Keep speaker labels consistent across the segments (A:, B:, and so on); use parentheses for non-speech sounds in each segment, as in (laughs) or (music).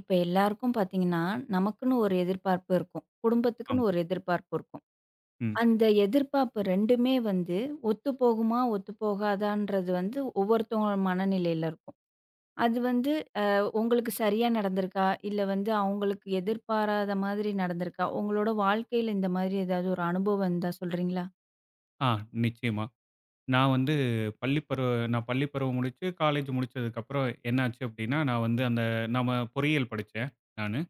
A: இப்ப எல்லாருக்கும் பார்த்தீங்கன்னா, நமக்குன்னு ஒரு எதிர்பார்ப்பு இருக்கும். குடும்பத்துக்குன்னு
B: ஆமா.
A: ஒரு எதிர்பார்ப்பு இருக்கும்.
B: ம்.
A: அந்த எதிர்பார்ப்பு 2மே வந்து ஒத்து போகுமா, ஒத்து போகாதான்றது வந்து ஒவ்வொருத்தவங்க மனநிலையில இருக்கும். அது வந்து உங்களுக்கு சரியா நடந்திருக்கா? இல்ல வந்து அவங்களுக்கு எதிர்பாராத மாதிரி நடந்திருக்கா? உங்களோட வாழ்க்கையில இந்த மாதிரி ஏதாவது ஒரு அனுபவம் இருந்தா சொல்றீங்களா?
B: ஆ நிச்சயமா. நான் வந்து பள்ளி பருவ நான் பள்ளி பருவம் முடிச்சு, காலேஜ் முடிச்சதுக்கப்புறம் என்னாச்சு அப்டின்னா, நான் வந்து அந்த நம்ம பொறியியல் படிச்சேன் நானு.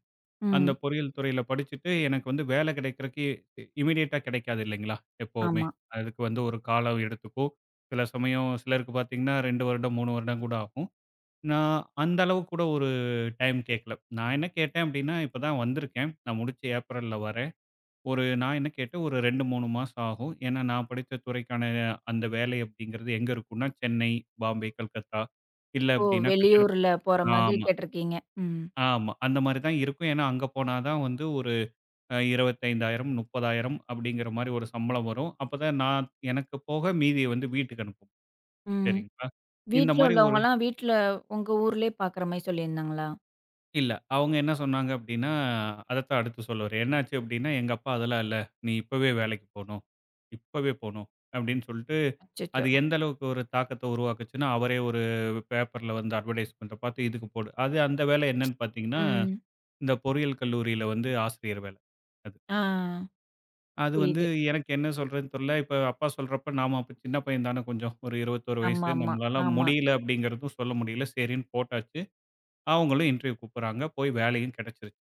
B: அந்த
A: ம்.
B: பொறியியல் துறையில படிச்சுட்டு, எனக்கு வந்து வேலை கிடைக்கிறக்கு இமிடியேட்டா கிடைக்காது இல்லைங்களா? எப்பவுமே.
A: ஆமா.
B: அதுக்கு வந்து ஒரு காலம் எடுத்துக்கும். சில சமயம் சிலருக்கு பார்த்தீங்கன்னா, 2 வருடம், 3 வருடம் கூட ஆகும். நான் அந்த அளவு கூட ஒரு டைம் கேட்கல. நான் என்ன கேட்டேன் அப்டின்னா, இப்ப தான் வந்திருக்கேன். நான் முடிச்சு ஏப்ரல்ல வரேன். ஒரு நான் என்ன கேட்டேன், ஒரு 2, 3 மாசம் ஆகும். ஏன்னா நான் படிச்ச துறைக்கான அந்த வேலை அப்படிங்கிறது எங்க இருக்கும்னா, சென்னை, பாம்பே, கல்கத்தா, இல்ல
A: ஓ!
B: அப்படின்னா கட்டட
A: வெளியூர்ல போற மாதிரி
B: ஆமா,
A: கேட்டிருக்கீங்க. ம்.
B: ஆமா. அந்த மாரி தான் இருக்கும். ஏன்னா அங்க போனா தான் வந்து ஒரு 25,000, 30,000 அப்படிங்கிற மாரி ஒரு சம்பளம் வரும். அப்பதான் நான் எனக்கு போக மீதிய வந்து வீட்டுக்கு அனுப்புவோம்.
A: ம்.
B: சரிங்களா? இந்த
A: வீட்ல
B: மாரி ஒரு
A: உள்ளவங்கலாம் வீட்ல உங்க ஊர்லயே பார்க்குற மாரி சொல்லியிருந்தாங்களா?
B: இல்ல. அவங்க என்ன சொன்னாங்க அப்டின்னா, அதத்தான் அடுத்து சொல்ல வரேன். என்னாச்சு அப்டின்னா, எங்க அப்பா அதெல்லாம் இல்ல. நீ இப்பவே வேலைக்கு போணும். இப்பவே போணும் அப்டின்னு சொல்ட்டு,
A: அச்சச்சோ!
B: அது எந்த அளவுக்கு ஒரு தாக்கத்த உருவாக்குச்சுன்னா, அவரே ஒரு பேப்பர்ல வந்து அட்வர்டைஸ்மென்ட்ட பார்த்து இதுக்கு போடு. அது அந்த வேலை என்னன்னு பார்த்தீங்கன்னா,
A: ம்.
B: இந்த பொறியியல் கல்லூரியில வந்து ஆசிரியர் வேல. அது.
A: ஆ.
B: அது வந்து
A: புரியுது.
B: எனக்கு என்ன சொல்றதுன்னு தெரில. இப்ப அப்பா சொல்றப்ப நாம அப்ப சின்ன பையன் தானே கொஞ்சம். ஒரு 21 வயசு.
A: ஆமாமா.
B: நம்மளால
A: ஆமா. ஆமா.
B: முடியல அப்டிங்கிறதும் சொல்ல முடியல. சரின்னு போட்டாச்சு. அவங்களும் இன்டர்வியூ கூப்புடுறாங்க. போய் வேலையும் கிடைச்சிருச்சு.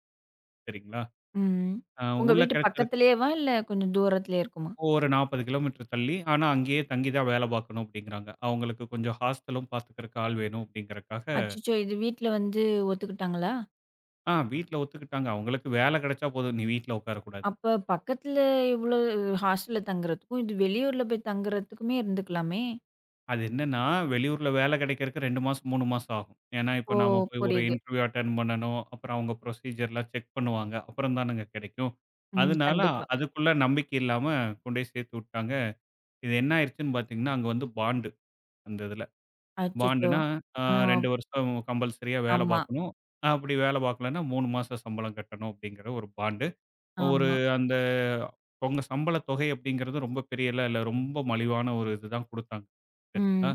B: சரிங்களா?
A: ம்.
B: அ
A: உங்க
B: உள்ள
A: வீட்டு
B: கிடைச்சதுக்கு
A: பக்கத்திலேயேவா? இல்ல கொஞ்சம் தூரத்திலயே இருக்குமா?
B: ஒரு 40 கிலோமீட்டர் தள்ளி. ஆனா, அங்கேயே தங்கி தான் வேலை பார்க்கணும் அப்படிங்கிறாங்க. அவங்களுக்கு கொஞ்சம் ஹாஸ்டலும் பார்த்துக்கிறக்கு ஆள் வேணும் அப்படிங்கிறக்காக,
A: அச்சச்சோ! இது வீட்ல வந்து ஒத்துக்கிட்டாங்களா?
B: ஆ வீட்ல ஒத்துக்கிட்டாங்க. அவங்களுக்கு வேலை கிடைச்சா போதும். நீ வீட்ல உட்காரக்கூடாது.
A: அப்ப பக்கத்துல இவ்ளோ ஹாஸ்டல்ல தங்குறதுக்கும், இது வெளியூர்ல போய் தங்குறதுக்குமே இருந்துக்கலாமே!
B: அது என்னன்னா, வெளியூர்ல வேலை கிடைக்கிறக்கு 2 மாசம், 3 மாசம் ஆகும். ஏன்னா, இப்ப
A: ஓ!
B: நாம போய் ஒரு
A: புரியுது.
B: இன்டர்வியூ அட்டெண்ட் பண்ணணும். அப்புறம் அவங்க ப்ரொசீஜர்லாம் செக் பண்ணுவாங்க. அப்புறம் தானங்க கிடைக்கும்.
A: ம்.
B: அதனால
A: கண்டிப்பா.
B: அதுக்குள்ள நம்பிக்கை இல்லாம கொண்டு போய் சேர்த்து விட்டாங்க. இது என்ன ஆயிருச்சுன்னு பார்த்தீங்கன்னா, அங்க வந்து பாண்டு அந்த இதுல.
A: அச்சச்சோ!
B: பாண்டுனா, அ
A: ஆ.
B: 2 வருஷம் கம்பல்சரியா வேல
A: ஆமா,
B: பார்க்கணும். அப்படி வேல பார்க்கலன்னா 3 மாசம் சம்பளம் கட்டணும் அப்படிங்கிற ஒரு பாண்டு. ஒரு
A: ஆமா.
B: அந்த உங்க சம்பள தொகை அப்படிங்கிறது ரொம்ப பெரியலாம் இல்ல. ரொம்ப மலிவான ஒரு இதுதான் குடுத்தாங்க. சரிங்களா?
A: ம்.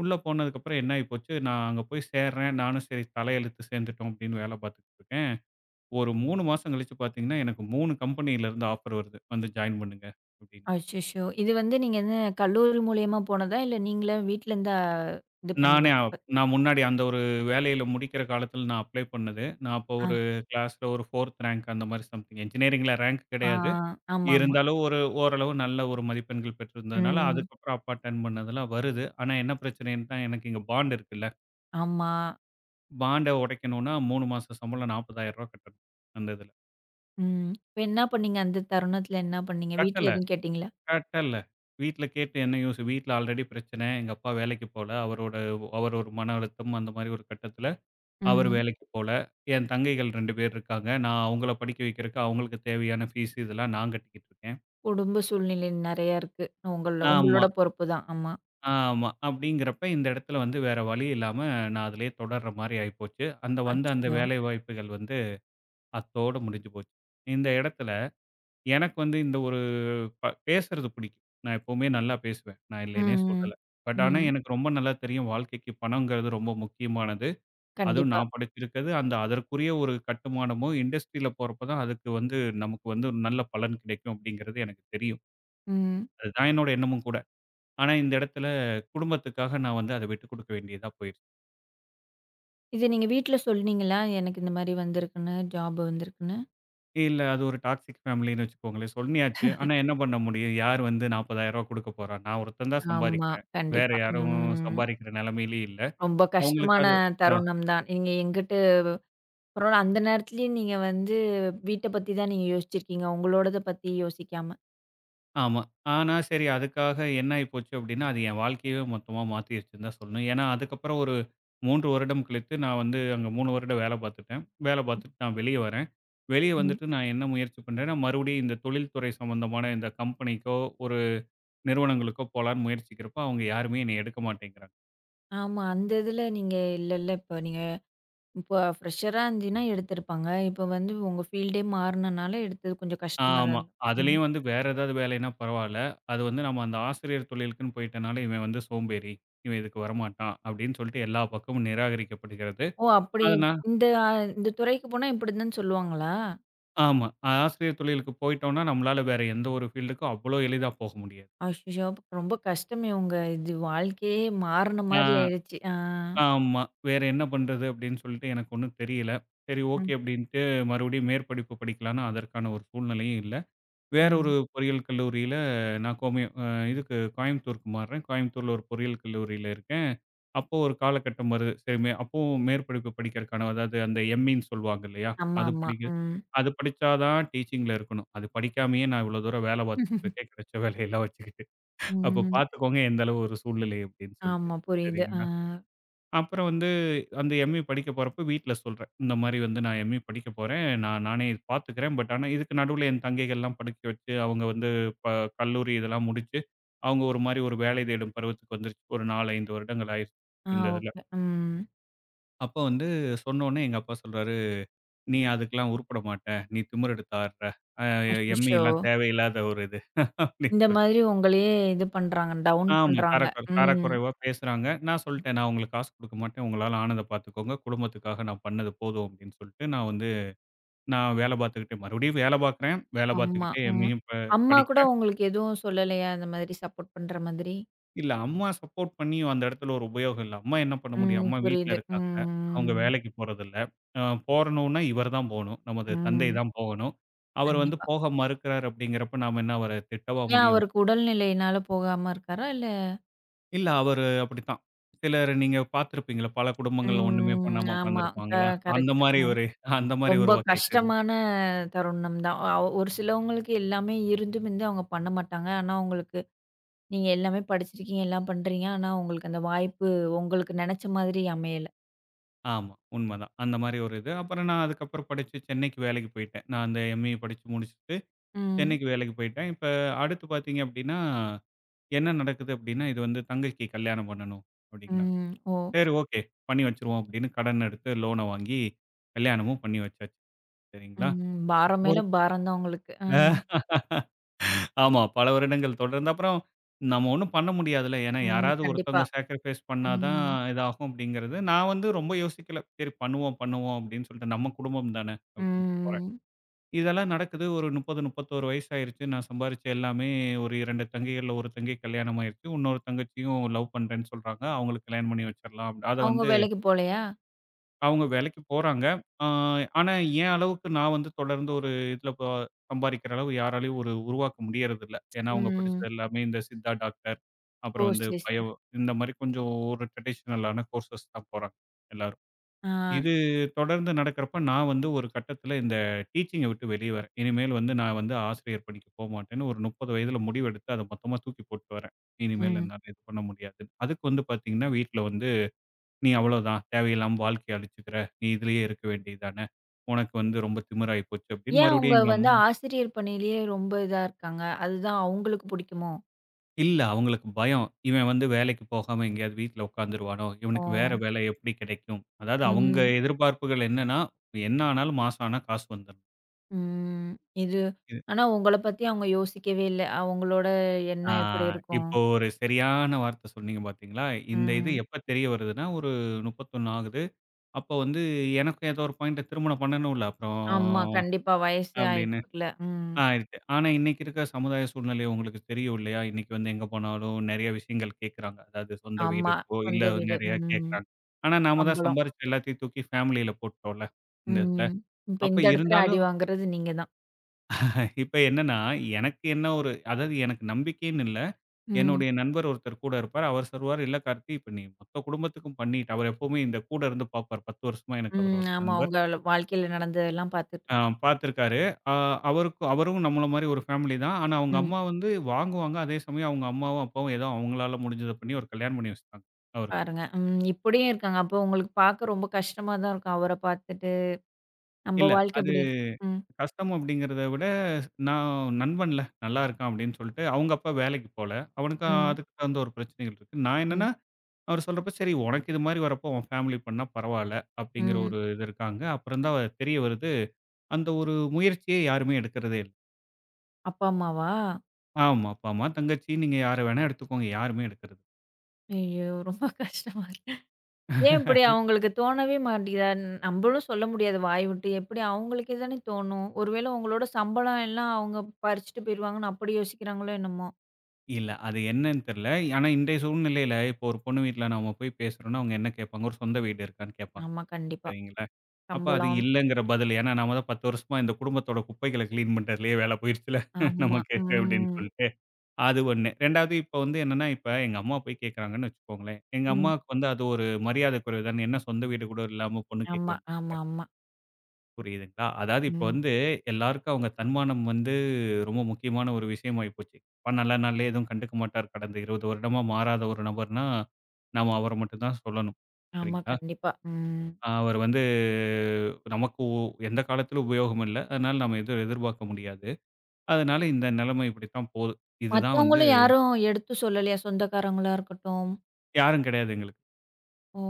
B: உள்ள போனதுக்கப்புறம் என்ன ஆயி போச்சு, நான் அங்க போய் சேர்றேன். நானும் சரி தலையெழுத்து சேர்ந்துட்டோம் அப்படின்னு வேல பார்த்துக்கிட்டு இருக்கேன். ஒரு 3 மாசம் கழிச்சு பார்த்தீங்கன்னா, எனக்கு 3 கம்பெனியில இருந்து ஆஃபர் வருது. வந்து ஜாயின் பண்ணுங்க அப்படின்னு.
A: அச்சச்சோ! இது வந்து நீங்க என்ன கல்லூரி மூலியமா போனதா? இல்ல நீங்களே வீட்ல இருந்து இது
B: நானே
A: பண்ணதா?
B: அப் நான் முன்னாடி அந்த ஒரு வேலையில முடிக்கிற காலத்தில நான் அப்ளை பண்ணது. நான் அப்போ
A: ஆ.
B: ஒரு கிளாஸ்ல ஒரு 4த் ரேங்க் அந்த மாரி சம்திங் என்ஜினியரிங்ல ரேங்க்
A: ஆ.
B: கிடையாது.
A: ஆமாமா.
B: இருந்தாலும் ஒரு ஓரளவு நல்ல ஒரு மதிப்பெண்கள் பெற்றிருந்ததுனால,
A: ம்.
B: அதுக்கப்புறம் அப்பா அட்டெண்ட் பண்ணதெல்லாம் வருது. ஆனா என்ன பிரச்சனைன்னா, எனக்கு இங்க பாண்ட் இருக்குல்ல.
A: ஆமா.
B: பாண்ட உடைக்கணும்னா 3 மாச சம்பளம் ரூ. 40,000 கட்டணும் அந்த இதுல.
A: ம். இப்ப என்ன பண்ணீங்க? அந்த தருணத்துல என்ன பண்ணீங்க?
B: கட்டல,
A: வீட்ல எதுவும் கேட்டீங்களா?
B: கட்டல. வீட்ல கேட்டு என்ன யூஸ்? வீட்ல ஆல்ரெடி பிரச்சனை. எங்க அப்பா வேலைக்கு போல. அவரோட அவர் ஒரு மன அழுத்தம் அந்த மாரி ஒரு கட்டத்தில அவரு
A: ம்.
B: வேலைக்கு போல. என் தங்கைகள் 2 பேர் இருக்காங்க. நான் அவங்கள படிக்க வைக்கிறக்கு அவங்களுக்கு தேவையான ஃபீஸ் இதெல்லாம் நான் கட்டிக்கிட்டு இருக்கேன்.
A: குடும்ப சூழ்நிலை நெறையா இருக்கு. உங்கள
B: ஆமா,
A: உங்களோட பொறுப்பு தான். ஆமா.
B: ஆமா. அப்படிங்கிறப்ப இந்த இடத்துல வந்து வேற வழி இல்லாம நான் அதிலேயே தொடர்ற மாரி ஆயிப்போச்சு. அந்த வந்த அந்த
A: அச்சச்சோ!
B: வேலை வாய்ப்புகள் வந்து அத்தோட முடிஞ்சு போச்சு. இந்த இடத்துல எனக்கு வந்து இந்த ஒரு பேசுறது பிடிக்கும். நான் எப்பவுமே நல்லா பேசுவேன். நான் இல்லைன்னே
A: ம், ம்.
B: சொல்லல. பட் ஆனா
A: ம்.
B: எனக்கு ரொம்ப நல்லா தெரியும் வாழ்க்கைக்கு பணங்கிறது ரொம்ப முக்கியமானது. அதுவும்
A: கண்டிப்பா.
B: நான் படிச்சிருக்கிறது அந்த அதற்குரிய ஒரு கட்டுமானமோ, இண்டஸ்ட்ரியில போறப்ப தான் அதுக்கு வந்து நமக்கு வந்து ஒரு நல்ல பலன் கிடைக்கும் அப்படிங்கிறது எனக்கு தெரியும்.
A: ம்.
B: அதுதான் என்னோட எண்ணமும் கூட. ஆனா இந்த இடத்துல குடும்பத்துக்காக நான் வந்து அத விட்டுக் குடுக்க வேண்டியதா போயிருச்சு.
A: இது நீங்க வீட்ல சொன்னீங்களா? எனக்கு இந்த மாரி வந்திருக்குன்னு, ஜாப் வந்திருக்குன்னு.
B: இல்ல அது ஒரு டாக்ஸிக் ஃபேமிலின்னு வச்சுக்கோங்களேன். சொல்லியாச்சு. ஆனா என்ன பண்ண முடியும்? யார் வந்து ரூ. 40,000 குடுக்க போறா? நான் ஒருத்தன் தான்
A: ஆமா.
B: சம்பாதிக்கிறேன். வேற
A: கண்டிப்பா.
B: யாரும்
A: ம்.
B: சம்பாதிக்கிற நிலைமையிலயும் இல்ல.
A: ரொம்ப
B: அவங்களுக்கு
A: கஷ்டமான
B: அது அ.
A: தருணம் தான். நீங்க எங்கிட்டு அப்புறம் அந்த நேரத்துலயும் நீங்க வந்து வீட்ட பத்தி தான் நீங்க யோசிச்சிருக்கீங்க. உங்களோடத பத்தி யோசிக்காம.
B: ஆமா. ஆனா சரி அதுக்காக என்ன ஆயி போச்சு அப்டின்னா, அது என் வாழ்க்கையவே மொத்தமா மாத்திருச்சுன்னு தான் சொல்லணும். ஏன்னா, அதுக்கப்புறம் ஒரு 3 வருடம் கழித்து நான் வந்து அங்க 3 வருடம் வேல பார்த்துட்டேன். வேல பார்த்துட்டு நான் வெளிய வரேன். வெளிய
A: ம்.
B: வந்துட்டு நான் என்ன முயற்சி பண்றேன்னா, மறுபடியும் இந்த தொழில்துறை சம்மந்தமான இந்த கம்பெனிக்கோ, ஒரு நிறுவனங்களுக்கோ போலான்னு முயற்சிக்கிறப்போ, அவங்க யாருமே என்னைய எடுக்க மாட்டேங்கிறாங்க.
A: ஆமா. அந்த இதுல நீங்க இல்லல்ல இப்ப நீங்க இப்போ ஃப்ரெஷரா இருந்தீன்னா எடுத்திருப்பாங்க. இப்ப வந்து உங்க ஃபீல்டே மாறுனனால எடுத்தது கொஞ்சம் கஷ்டமா தான்
B: ஆமா.
A: இருந்தது. ம்.
B: அதுலயும் வந்து வேற ஏதாவது வேலைன்னா பரவால்ல. அது வந்து நம்ம அந்த ஆசிரியர் தொழிலுக்குன்னு போயிட்டனால, இவன் வந்து சோம்பேறி. இவன் இதுக்கு வரமாட்டான். அப்டின்னு சொல்லிட்டு எல்லா பக்கமும் நிராகரிக்கப்படுகிறது.
A: ஓ! அப்படி
B: அதனா
A: இந்த இந்த துறைக்கு போனா இப்படிதான் சொல்லுவாங்களா?
B: ஆமா. ஆசிரியர் தொழிலுக்கு போயிட்டோம்னா, நம்மளால வேற எந்த ஒரு ஃபீல்டுக்கும் அவ்ளோ எளிதா போக முடியாது.
A: அச்சச்சோ! அப்ப ரொம்ப கஷ்டமே உங்க இது வாழ்க்கையே மாறுன
B: ஆ
A: மாரி ஆயிடுச்சு. ஆ.
B: ஆமா. வேற என்ன பண்றது அப்படின்னு சொல்லிட்டு எனக்கு ஒண்ணும் தெரியல. சரி ஓகே
A: ம்.
B: அப்படின்ட்டு மறுபடியும் மேற்படிப்பு படிக்கலாம்னா, அதற்கான ஒரு சூழ்நிலையும் இல்ல. வேற ஒரு
A: ம்.
B: பொறியியல் கல்லூரியில நான் கோமிய அ இதுக்கு கோயம்புத்தூருக்கு மாறுறேன். கோயம்புத்தூர்ல ஒரு பொறியியல் கல்லூரியில இருக்கேன். அப்போ ஒரு காலகட்டம் வருது. சரி மே அப்பவும் மேற்படிப்பு படிக்கிறக்கான அதாவது அந்த எம்இன்னு சொல்லுவாங்க இல்லையா?
A: ஆமா,
B: அது
A: ஆமா.
B: படிக்க
A: ம்.
B: அது படிச்சா தான் டீச்சிங்ல இருக்கணும். அது படிக்காமயே நான் இவ்வளோ தூரம் வேலை பார்த்துட்டு இருக்கேன், கிடைச்ச வேலையெல்லாம் வச்சுக்கிட்டு. அப்போ
A: ம்.
B: பார்த்துக்கோங்க எந்த அளவு ஒரு சூழ்நிலை அப்படின்னு சொல்லிட்டு.
A: ஆமா புரியுது. ஆ.
B: சரிங்களா? அப்புறம் வந்து அந்த எம்.ஏ படிக்க போறப்ப வீட்ல சொல்றேன். இந்த மாரி வந்து நான் எம்.ஏ படிக்க போறேன். நான் நானே இது பார்த்துக்கிறேன். பட் ஆனா இதுக்கு நடுவுல என் தங்கைகள்லாம் படிக்க வச்சு, அவங்க வந்து ப கல்லூரி இதெல்லாம் முடிச்சு, அவங்க ஒரு மாரி ஒரு வேலை தேடும் பருவத்துக்கு வந்துருச்சு. ஒரு 4, 5 வருடங்கள் ஆயிருச்சு
A: ஆ
B: இந்த இதுல.
A: ஓகே. ம்.
B: அப்ப வந்து சொன்னோனே எங்க அப்பா சொல்றாரு, "நீ அதுக்கெல்லாம் உருப்பட மாட்ட. நீ திமிரெடுத்து ஆடுற. அ எம்.ஏ
A: அச்சச்சோ!
B: லாம் தேவையில்லாத ஒரு இது" அப்படின்னு
A: இந்த
B: சொல்லி.
A: மாதிரி உங்களையே இது பண்றாங்க. டவுன்
B: ஆமா.
A: பண்றாங்க.
B: தரக்கு
A: ம்.
B: தரக்குறைவா பேசுறாங்க. நான் சொல்ட்டேன், "நான் உங்களுக்கு காசு குடுக்க மாட்டேன். உங்களால ஆனத பாத்துக்கோங்க. குடும்பத்துக்காக நான் பண்ணது போதும்." அப்படின்னு சொல்ட்டு, நான் வந்து நான் வேல பாத்துக்கிட்டு மறுபடியும் வேல பாக்குறேன். வேல
A: ஆமா.
B: பாத்துக்கிட்டே
A: ம்.
B: எம்ஏயும்
A: அம்மா கூட
B: படிக்கிறேன்.
A: உங்களுக்கு எதுவும் சொல்லலையா? இந்த மாதிரி சப்போர்ட் பண்ற மாதிரி?
B: இல்ல அம்மா சப்போர்ட் பண்ணியும் அந்த இடத்துல ஒரு உபயோகம் இல்ல. அம்மா என்ன பண்ண முடியும்?
A: ம்.
B: அம்மா வீட்ல
A: புரியுது.
B: இருக்காங்க. அவங்க
A: ம்.
B: வேலைக்கு போறதில்ல. அ போறணும்னா இவர் தான் போணும். நமது தந்தை
A: ம்.
B: தான் போகணும். அவர் வந்து
A: கண்டிப்பா.
B: போக மறுக்கிறார் அப்படிங்கிறப்ப நாம என்ன அவர திட்டவா
A: ஏன்
B: முடியும்?
A: அவருக்கு உடல்நிலையினால போகாம இருக்காரா? இல்ல
B: இல்ல அவரு அப்படித்தான். சிலர் நீங்க பார்த்திருப்பீங்கள்ல, பல குடும்பங்கள்ல ஒண்ணுமே
A: ம்.
B: பண்ணாம
A: ஆமா. க
B: உட்கார்ந்திருப்பாங்கள்ல. அந்த
A: கரெக்ட்.
B: மாரி ஒரு அந்த மாரி
A: ரொம்ப
B: ஒரு வகையை சேர்ந்தது.
A: கஷ்டமான தருணம் தான். ஒரு சிலவங்களுக்கு எல்லாமே இருந்தும் இருந்து அவங்க பண்ண மாட்டாங்க. ஆனா, உங்களுக்கு நீங்க எல்லாமே படிச்சிருக்கீங்க, எல்லாம் பண்றீங்க. ஆனா, உங்களுக்கு அந்த வாய்ப்பு உங்களுக்கு நெனச்ச மாதிரி அமையல.
B: ஆமா, உண்மதான். அந்த மாரி ஒரு இது. அப்புறம் நான் அதுக்கப்புறம் படிச்சு சென்னைக்கு வேலைக்கு போயிட்டேன். நான் அந்த எம்.ஏ படிச்சு முடிச்சுட்டு
A: ம்.
B: சென்னைக்கு வேலைக்கு போயிட்டேன். இப்ப அடுத்து பார்த்தீங்க அப்படின்னா, என்ன நடக்குது அப்படின்னா, இது வந்து தங்கைக்கு கல்யாணம் பண்ணணும் அப்படிங்கிறாங்க.
A: ம். ஓ!
B: சரி ஓகே. பண்ணி வச்சுருவோம் அப்படின்னு கடன் எடுத்து லோன வாங்கி கல்யாணமும் பண்ணி வச்சாச்சு. சரிங்களா?
A: ம். பாரம்
B: ஒரு
A: மேல பாரம் தான் உங்களுக்கு. ம்.
B: ஆமா. பல வருடங்கள் தொடர்ந்து. அப்புறம் நம்ம ஒண்ணும் பண்ண முடியாதுல்ல. ஏன்னா
A: ம்.
B: யாராவது
A: கண்டிப்பா.
B: ஒருத்தவங்க சாக்ரிஃபைஸ் பண்ணா தான்
A: ம்.
B: இதாகும் அப்படிங்கிறது. நான் வந்து ரொம்ப யோசிக்கல. சரி பண்ணுவோம், பண்ணுவோம் அப்படின்னு சொல்லிட்டு நம்ம குடும்பம் தானே அப்படின்னு போறேன்.
A: ம்.
B: இதெல்லாம் நடக்குது. ஒரு 30, 31 வயசு ஆயிருச்சு. நான் சம்பாரிச்ச எல்லாமே ஒரு 2 தங்கைகள்ல ஒரு தங்கை கல்யாணம் ஆயிருச்சு. இன்னொரு தங்கச்சியும் லவ் பண்றேன்னு சொல்றாங்க. அவங்களுக்கு கல்யாணம் பண்ணி வச்சிரலாம். அத
A: அவங்க
B: வந்து
A: வேலைக்கு போலையா?
B: அவங்க வேலைக்கு போறாங்க. ஆ ஆனா, என் அளவுக்கு நான் வந்து தொடர்ந்து ஒரு இதுல சம்பாரிக்கிற அளவு யாராலயும் ஒரு உருவாக்க முடியறதில்ல. ஏன்னா, அவங்க
A: ம்.
B: படிச்சது எல்லாமே இந்த சித்தா டாக்டர்,
A: ஓ!
B: அப்புறம் வந்து
A: சரி,
B: பயோ
A: சரி.
B: இந்த மாரி கொஞ்சம் ஒரு ட்ரெடிஷ்னலான கோர்ஸஸ் தான் போறாங்க எல்லாரும்.
A: ஆ.
B: இது தொடர்ந்து நடக்கிறப்ப நான் வந்து ஒரு கட்டத்தில இந்த டீச்சிங்க விட்டு வெளிய வரேன். இனிமேல் வந்து நான் வந்து ஆசிரியர் பணிக்கு போமாட்டேன்னு ஒரு 30 வயதில முடிவெடுத்து அத மொத்தமா தூக்கி போட்டு வரேன். இனிமேல்
A: ம்.
B: என்னால இது பண்ண முடியாதுன்னு. அதுக்கு வந்து பார்த்தீங்கன்னா, வீட்ல வந்து நீ அவ்வளோதான் தேவையில்லாம வாழ்க்கைய அழிச்சுக்கிற. நீ இதிலேயே இருக்க வேண்டியது தானே. உனக்கு வந்து ரொம்ப திமிராயி போச்சு அப்படின்னு
A: ஏன்
B: மறுபடியும்
A: அவங்க
B: எங்க
A: வந்து
B: அம்மா
A: ஆசிரியர் பணியிலேயே ரொம்ப இதா இருக்காங்க? அதுதான் அவங்களுக்கு பிடிக்குமோ?
B: இல்ல அவங்களுக்கு பயம். இவன் வந்து வேலைக்கு போகாம எங்கேயாவது வீட்ல உட்காந்துருவானோ,
A: ஓ!
B: இவனுக்கு வேற வேலை எப்படி கிடைக்கும்? அதாவது அவங்க
A: ம்.
B: எதிர்பார்ப்புகள் என்னன்னா, என்ன ஆனாலும் மாசம் ஆனா காசு வந்துரணும்.
A: ம். இது
B: இது
A: ஆனா உங்கள பத்தி அவங்க யோசிக்கவே இல்ல. அவங்களோட
B: ஆ
A: எண்ணம் எப்படி இருக்கும்?
B: இப்போ ஒரு சரியான வார்த்தை சொன்னீங்க பார்த்தீங்களா? இந்த இது
A: ம்.
B: எப்ப தெரிய வருதுன்னா, ஒரு 31 ஆகுது. அப்போ வந்து எனக்கும் ஏதோ ஒரு பாயிண்ட்ல திருமணம் பண்ணணும்ல அப்புறம்
A: ஆமா. கண்டிப்பா. வயசு
B: அப்படின்னு.
A: ஆயிக்குள்ள. ம்.
B: ஆயிருக்கு. ஆனா, இன்னைக்கு இருக்க சமுதாய சூழ்நிலை உங்களுக்கு தெரியும் இல்லையா? இன்னைக்கு வந்து எங்க போனாலும் நெறைய விஷயங்கள் கேட்கறாங்க. அதாவது சொந்த
A: ஆமா.
B: வீடுக்கோ, இல்ல
A: சொந்த வீடு.
B: நெறைய
A: ம்.
B: கேட்கறாங்க. ஆனா, நாம தான்
A: சம்பளம்.
B: சம்பாரிச்சு எல்லாத்தையும் தூக்கி ஃபேமிலியில போட்டுட்டோம்ல, இந்த இதுல.
A: ம். இப்ப
B: அப்ப
A: இந்த இடத்துல அடி
B: இருந்தாலும்
A: வாங்குறது நீங்க தான்.
B: இப்ப என்னன்னா, எனக்கு என்ன ஒரு அதாவது எனக்கு நம்பிக்கைன்னு இல்ல.
A: ம்.
B: என்னுடைய நண்பர் ஒருத்தர் கூட இருப்பார். அவர் சொல்வாரு, "இல்ல கார்த்தி, இப்ப நீ மொத்த குடும்பத்துக்கும் பண்ணிட்ட." அவர் எப்பவுமே இந்த கூட இருந்து பார்ப்பார். 10 வருஷமா எனக்கு அவர்
A: ம்.
B: ஒரு
A: ஆமா.
B: நண்பர்.
A: உங்க வாழ்க்கையில நடந்ததெல்லாம் பார்த்துட்டு
B: ஆ
A: இருக்கோம்.
B: பார்த்துருக்காரு. அ அவருக்கும் அவரும் நம்மள மாரி ஒரு ஃபேமிலி தான். ஆனா அவங்க
A: ம்.
B: அம்மா வந்து வாங்குவாங்க. அதே சமயம் அவங்க அம்மாவும், அப்பாவும் ஏதோ அவங்களால முடிஞ்சத பண்ணி ஒரு கல்யாணம் பண்ணி வச்சுட்டாங்க அவருக்கு.
A: பாருங்க. ம். இப்படியும் இருக்காங்க. அப்போ உங்களுக்கு பார்க்க ரொம்ப கஷ்டமா தான் இருக்கும். அவர பார்த்துட்டு. நம்ம
B: இல்ல
A: வாழ்க்கை
B: அது
A: இப்படி இருக்கு. ம்.
B: கஷ்டம் அப்படிங்கிறத விட, நான் நண்பன்ல நல்லா இருக்கான் அப்படின்னு சொல்லிட்டு, அவங்க அப்பா வேலைக்கு போல. அவனுக்கு
A: ம்.
B: அதுக்கு தகுந்த ஒரு பிரச்சனைகள் இருக்கு. நான்
A: ம்.
B: என்னன்னா, அவர் சொல்றப்ப சரி உனக்கு இது மாரி வரப்போ உன் ஃபேமிலி பண்ணா பரவால்ல அப்படிங்கிற
A: ம்.
B: ஒரு இது இருக்காங்க. அப்புறம் தான் தெரிய வருது. அந்த ஒரு முயற்சியே யாருமே எடுக்கிறதே இல்ல.
A: அப்பா, அம்மாவா?
B: ஆமா. அப்பா, அம்மா, தங்கச்சி நீங்க யார வேணா எடுத்துக்கோங்க. யாருமே எடுக்கிறது
A: ஐயோ! ரொம்ப (laughs) கஷ்டமா இருக்கு. ஏன் இப்படி அவங்களுக்கு தோணவே மாட்டேங்குதா? நம்மளும் சொல்ல முடியாது வாய் விட்டு. எப்படி அவங்களுக்கே தானே தோணும். ஒருவேளை உங்களோட சம்பளம் எல்லாம் அவங்க பறிச்சுட்டு போயிருவாங்கன்னு அப்படி யோசிக்கிறாங்களோ என்னமோ?
B: இல்ல. அது என்னன்னு தெரியல. ஆனா, இன்றைய சூழ்நிலையில இப்போ ஒரு பொண்ணு வீட்ல நம்ம போய் பேசுறோம்னா, அவங்க என்ன கேட்பாங்க? ஒரு சொந்த வீடு இருக்கான்னு கேட்பாங்க.
A: ஆமா. கண்டிப்பா.
B: சரிங்களா? அப்ப அது
A: சம்பளம்.
B: இல்லங்கிற பதில். ஏன்னா, நாம தான் 10 வருஷமா இந்த குடும்பத்தோட குப்பைகள கிளீன் பண்றதுலயே வேல போயிருச்சுல்ல
A: ஆமா.
B: நமக்கு அப்படின்னு
A: ம்.
B: சொல்லிட்டு. அது 1. 2வது இப்ப வந்து என்னன்னா, இப்ப எங்க அம்மா போய் கேட்கறாங்கன்னு வச்சுக்கோங்களேன். எங்க
A: ம்.
B: அம்மாவுக்கு வந்து அது ஒரு மரியாதை குறைவு தானே. என்ன சொந்த வீடு கூட இல்லாம பொண்ணு கேட்க
A: ஆமா,
B: வேண்டிய
A: ஆமா, ஆமா.
B: புரியுதுங்களா? அதாவது இப்ப
A: ம்.
B: வந்து எல்லாருக்கும் அவங்க தன்மானம் வந்து ரொம்ப முக்கியமான ஒரு விஷயம் ஆயிப்போச்சு. அப்பா நல்ல நாள்ல எதுவும் கண்டுக்க மாட்டார். கடந்த 20 வருடமா மாறாத ஒரு நபர்னா, நாம அவர மட்டும் தான் சொல்லணும்.
A: ஆமா,
B: சரிங்களா?
A: கண்டிப்பா. ம்.
B: அவர் வந்து நமக்கு எந்த காலத்திலும் உபயோகம் இல்ல. அதனால நாம எதுவும் எதிர்பார்க்க முடியாது. அதனால இந்த நிலைமை இப்படித்தான் போகுது. இதுதான் வந்து
A: மத்தவங்களும் யாரும் எடுத்து சொல்லலையா? சொந்தக்காரங்களா இருக்கட்டும்.
B: யாரும் கிடையாது எங்களுக்கு.
A: ஓ!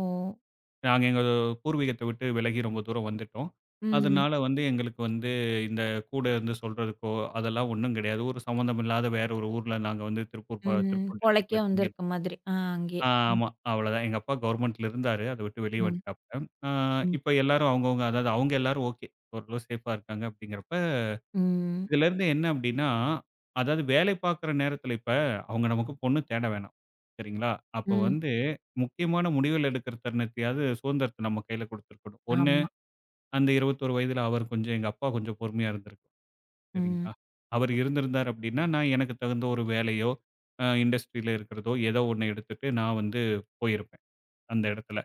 B: நாங்க எங்க பூர்வீகத்த விட்டு விலகி ரொம்ப தூரம் வந்துட்டோம்.
A: ம்.
B: அதனால வந்து எங்களுக்கு வந்து இந்த கூட இருந்து சொல்றதுக்கோ, அதெல்லாம் ஒண்ணும் கிடையாது. ஒரு சம்மந்தம் இல்லாத வேற ஒரு ஊர்ல நாங்க வந்து
A: ம்.
B: திருப்பூர்
A: பொழைக்க
B: டிஸ்ட்ரிக்ட்ல தங்கி
A: வந்திருக்க மாதிரி. ஆ அங்கேயே. ம்.
B: ஆமா. அவ்வளோதான். எங்க அப்பா கவர்மெண்ட்ல இருந்தாரு. அத விட்டு வெளிய
A: ம்.
B: வந்துட்டாப்ல. அ
A: ம்.
B: இப்ப எல்லாரும் அவங்கவங்க அதாவது அவங்க எல்லாரும் ஓகே. ஓரளவு சேஃபா இருக்காங்க அப்படிங்கிறப்ப
A: ம்.
B: இதிலருந்து என்ன அப்டின்னா, அதாவது வேலை பார்க்குற நேரத்தில இப்ப அவங்க நமக்கு பொண்ணு தேட வேணாம். சரிங்களா? அப்போ
A: ம்.
B: வந்து முக்கியமான முடிவுகள் எடுக்கிற தருணத்தையாவது சுதந்திரத்த நம்ம கையில குடுத்துருக்கணும். ஒண்ணு
A: ஆமா.
B: அந்த 21 வயதில அவர் கொஞ்சம் எங்க அப்பா கொஞ்சம் பொறுமையா இருந்திருக்கலாம்.
A: ம்.
B: சரிங்களா? அவர் இருந்திருந்தார் அப்டின்னா, நான் எனக்கு தகுந்த ஒரு வேலையோ, அ இண்டஸ்ட்ரியில இருக்கிறதோ ஏதோ ஒண்ணு எடுத்துட்டு நான் வந்து போயிருப்பேன், அந்த இடத்துல.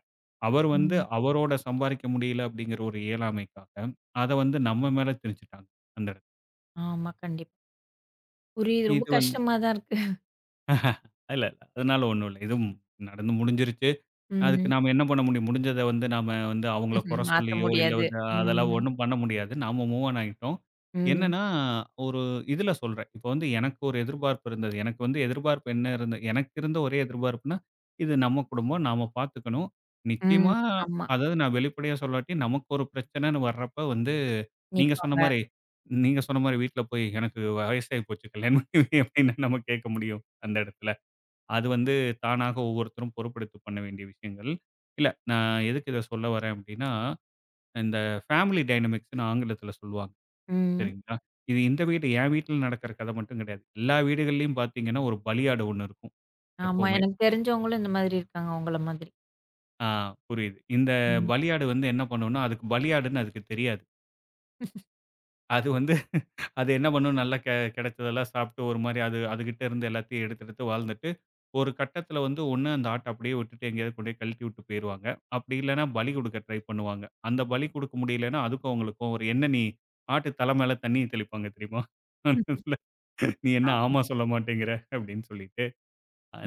B: அவர் வந்து
A: ம்.
B: அவரோட சம்பாரிக்க முடியல அப்டிங்கிற ஒரு இயலாமைக்காக, அத வந்து நம்ம மேல திணிச்சுட்டாங்க, அந்த இடத்துல.
A: ஆமா. கண்டிப்பா. புரியுது. ரொம்ப
B: இது வந்து
A: கஷ்டமா தான் இருக்கு.
B: இல்ல, இல்ல. அதனால ஒண்ணும் இல்ல. இதுவும் நடந்து முடிஞ்சிருச்சு. அதுக்கு
A: ம்.
B: நாம என்ன பண்ண முடியும்? முடிஞ்சத வந்து நாம வந்து அவங்கள குறை
A: மாத்த
B: சொல்லியோ, இல்ல
A: முடியாது.
B: வந்து அதெல்லாம்
A: ம்.
B: ஒண்ணும் பண்ண முடியாது. நாம மூவ் ஆன் ஆயிட்டோம்.
A: ம்.
B: என்னன்னா, ஒரு இதுல சொல்றேன். இப்ப வந்து எனக்கு ஒரு எதிர்பார்ப்பு இருந்தது. எனக்கு வந்து எதிர்பார்ப்பு என்ன இருந்த எனக்கு இருந்த ஒரே எதிர்பார்ப்புன்னா, இது நம்ம குடும்பம். நாம பார்த்துக்கணும்.
A: ம்.
B: நிச்சயமா
A: ஆமா.
B: அதாவது நான் வெளிப்படையா சொல்லாட்டி, நமக்கு ஒரு பிரச்சனைன்னு வர்றப்ப வந்து, நீங்க சொன்ன
A: நிப்பாங்க.
B: மாரி நீங்க சொன்ன மாரி வீட்ல போய், "எனக்கு வயசாகி போச்சு. கல்யாணம் பண்ணி வையேன்" (laughs) அப்படின்னு நம்ம கேட்க முடியும் அந்த இடத்துல? அது வந்து தானாக ஒவ்வொருத்தரும் பொறுப்பெடுத்து பண்ண வேண்டிய விஷயங்கள். இல்ல நான் எதுக்கு இத சொல்ல வரேன் அப்படின்னா, இந்த ஃபேமிலி டைனமிக்ஸ்ன்னு ஆங்கிலத்தில சொல்லுவாங்க.
A: ம்.
B: சரிங்களா? இது இந்த வீடு என் வீட்ல நடக்கிற கதை மட்டும் கிடையாது. எல்லா வீடுகள்லயும் பார்த்தீங்கன்னா, ஒரு பலியாடு ஒண்ணு இருக்கும்
A: ஆமா.
B: எப்பவுமே.
A: எனக்கு தெரிஞ்சவங்களும் இந்த மாதிரி இருக்காங்க உங்கள மாதிரி.
B: ஆ புரியுது. இந்த
A: ம்.
B: பலியாடு வந்து என்ன பண்ணும்னா, அதுக்கு பலியாடுன்னு அதுக்கு தெரியாது. அது வந்து அது என்ன பண்ணும் நல்லா கெடைச்சதெல்லாம் சாப்பிட்டு ஒரு மாரி அது அதுகிட்ட இருந்து எல்லாத்தையும் எடுத்து, எடுத்து வாழ்ந்துட்டு, ஒரு கட்டத்தில வந்து ஒண்ணு அந்த ஆட்ட அப்படியே விட்டுட்டு எங்கேயாவது கொண்டு போய் கழட்டி விட்டு போயிருவாங்க. அப்படி இல்லன்னா பலி குடுக்க ட்ரை பண்ணுவாங்க. அந்த பலி குடுக்க முடியலன்னா அதுக்கும் அவங்களுக்கும் ஒரு என்ன நீ ஆட்டு தலை மேல தண்ணீய தெளிப்பாங்க தெரியுமா?
A: ம்.
B: நீ என்ன
A: ஆமா.
B: ஆமா சொல்ல மாட்டேங்கிற அப்படின்னு சொல்லிட்டு.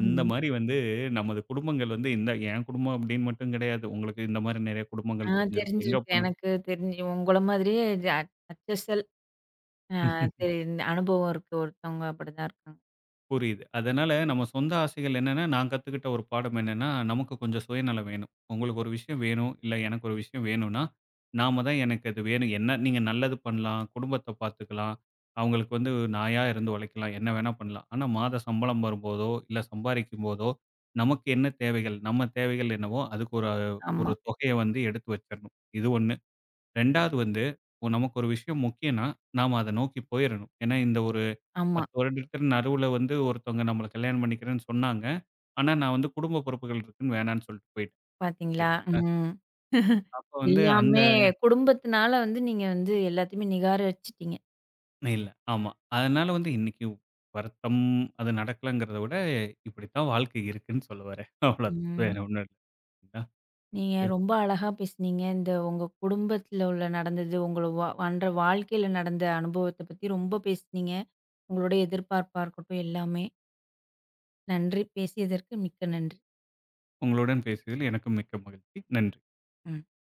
B: அந்த மாரி வந்து நமது குடும்பங்கள் வந்து இந்த என் குடும்பம் அப்படின்னு மட்டும் கிடையாது. உங்களுக்கு இந்த மாரி நெறைய
A: ஆ
B: குடும்பங்கள் தெரிஞ்சிருக்கும். எங்க
A: தெரிஞ்சிருக்கு.
B: போனா
A: எனக்கு தெரிஞ்சு உங்கள மாதிரியே HSL அ தெரி அனுபவம் இருக்கு. ஒருத்தவங்க அப்படிதான் இருக்காங்க.
B: புரியுது. அதனால
A: ம்.
B: நம்ம சொந்த ஆசைகள் என்னன்னா, நான் கத்துக்கிட்ட ஒரு பாடம் என்னன்னா, நமக்கு கொஞ்சம் சுயநலம் வேணும். உங்களுக்கு ஒரு விஷயம் வேணும், இல்ல எனக்கு ஒரு விஷயம் வேணும்னா, நாம தான் எனக்கு அது வேணும். என்ன நீங்க நல்லது பண்ணலாம், குடும்பத்த பார்த்துக்கலாம், அவங்களுக்கு வந்து நாயா இருந்து உழைக்கலாம், என்ன வேணா பண்ணலாம். ஆனா மாத சம்பளம் வரும்போதோ, இல்ல சம்பாரிக்கும் போதோ, நமக்கு என்ன தேவைகள், நம்ம தேவைகள் என்னவோ அதுக்கு ஒரு ஒரு
A: ஆமா,
B: தொகைய வந்து எடுத்து வச்சிரணும். இது 1. 2வது வந்து, நமக்கு ஒரு விஷயம் முக்கியம்னா, நாம அத நோக்கி போயிறணும். ஏன்னா இந்த ஒரு
A: ஆமா.
B: 10 வருடத்தின் நடுவுல வந்து ஒருத்தவங்க நம்மள கல்யாணம் பண்ணிக்கிறேன்னு சொன்னாங்க. ஆனா, நான் வந்து குடும்ப பொறுப்புகள் இருக்குன்னு வேணான்னு சொல்லிட்டு போயிட்டேன். சரி.
A: பாத்தீங்களா? ம்.
B: அப்ப வந்து அந்த
A: எல்லாமே குடும்பத்தினால வந்து நீங்க வந்து எல்லாத்தையுமே நிகாரிச்சிட்டீங்க.
B: இல்ல. ஆமா. அதனால வந்து இன்னைக்கு வருத்தம், அது நடக்கலங்கிறத விட, இப்படித்தான் வாழ்க்கை இருக்குன்னு சொல்ல வரேன். அவ்வளோதான். வேற
A: ம்.
B: ஒண்ணும் இல்ல.
A: நீங்க ரொம்ப அழகா பேசுனீங்க. இந்த உங்க குடும்பத்தில உள்ள நடந்தது, உங்கள அன்ற வாழ்க்கையில நடந்த அனுபவத்த பத்தி ரொம்ப பேசுனீங்க. உங்களுடைய எதிர்பார்ப்பா இருக்கட்டும் எல்லாமே. நன்றி. பேசியதற்கு மிக்க நன்றி.
B: உங்களுடன் பேசியதில் எனக்கும் மிக்க மகிழ்ச்சி. நன்றி.
A: ம்.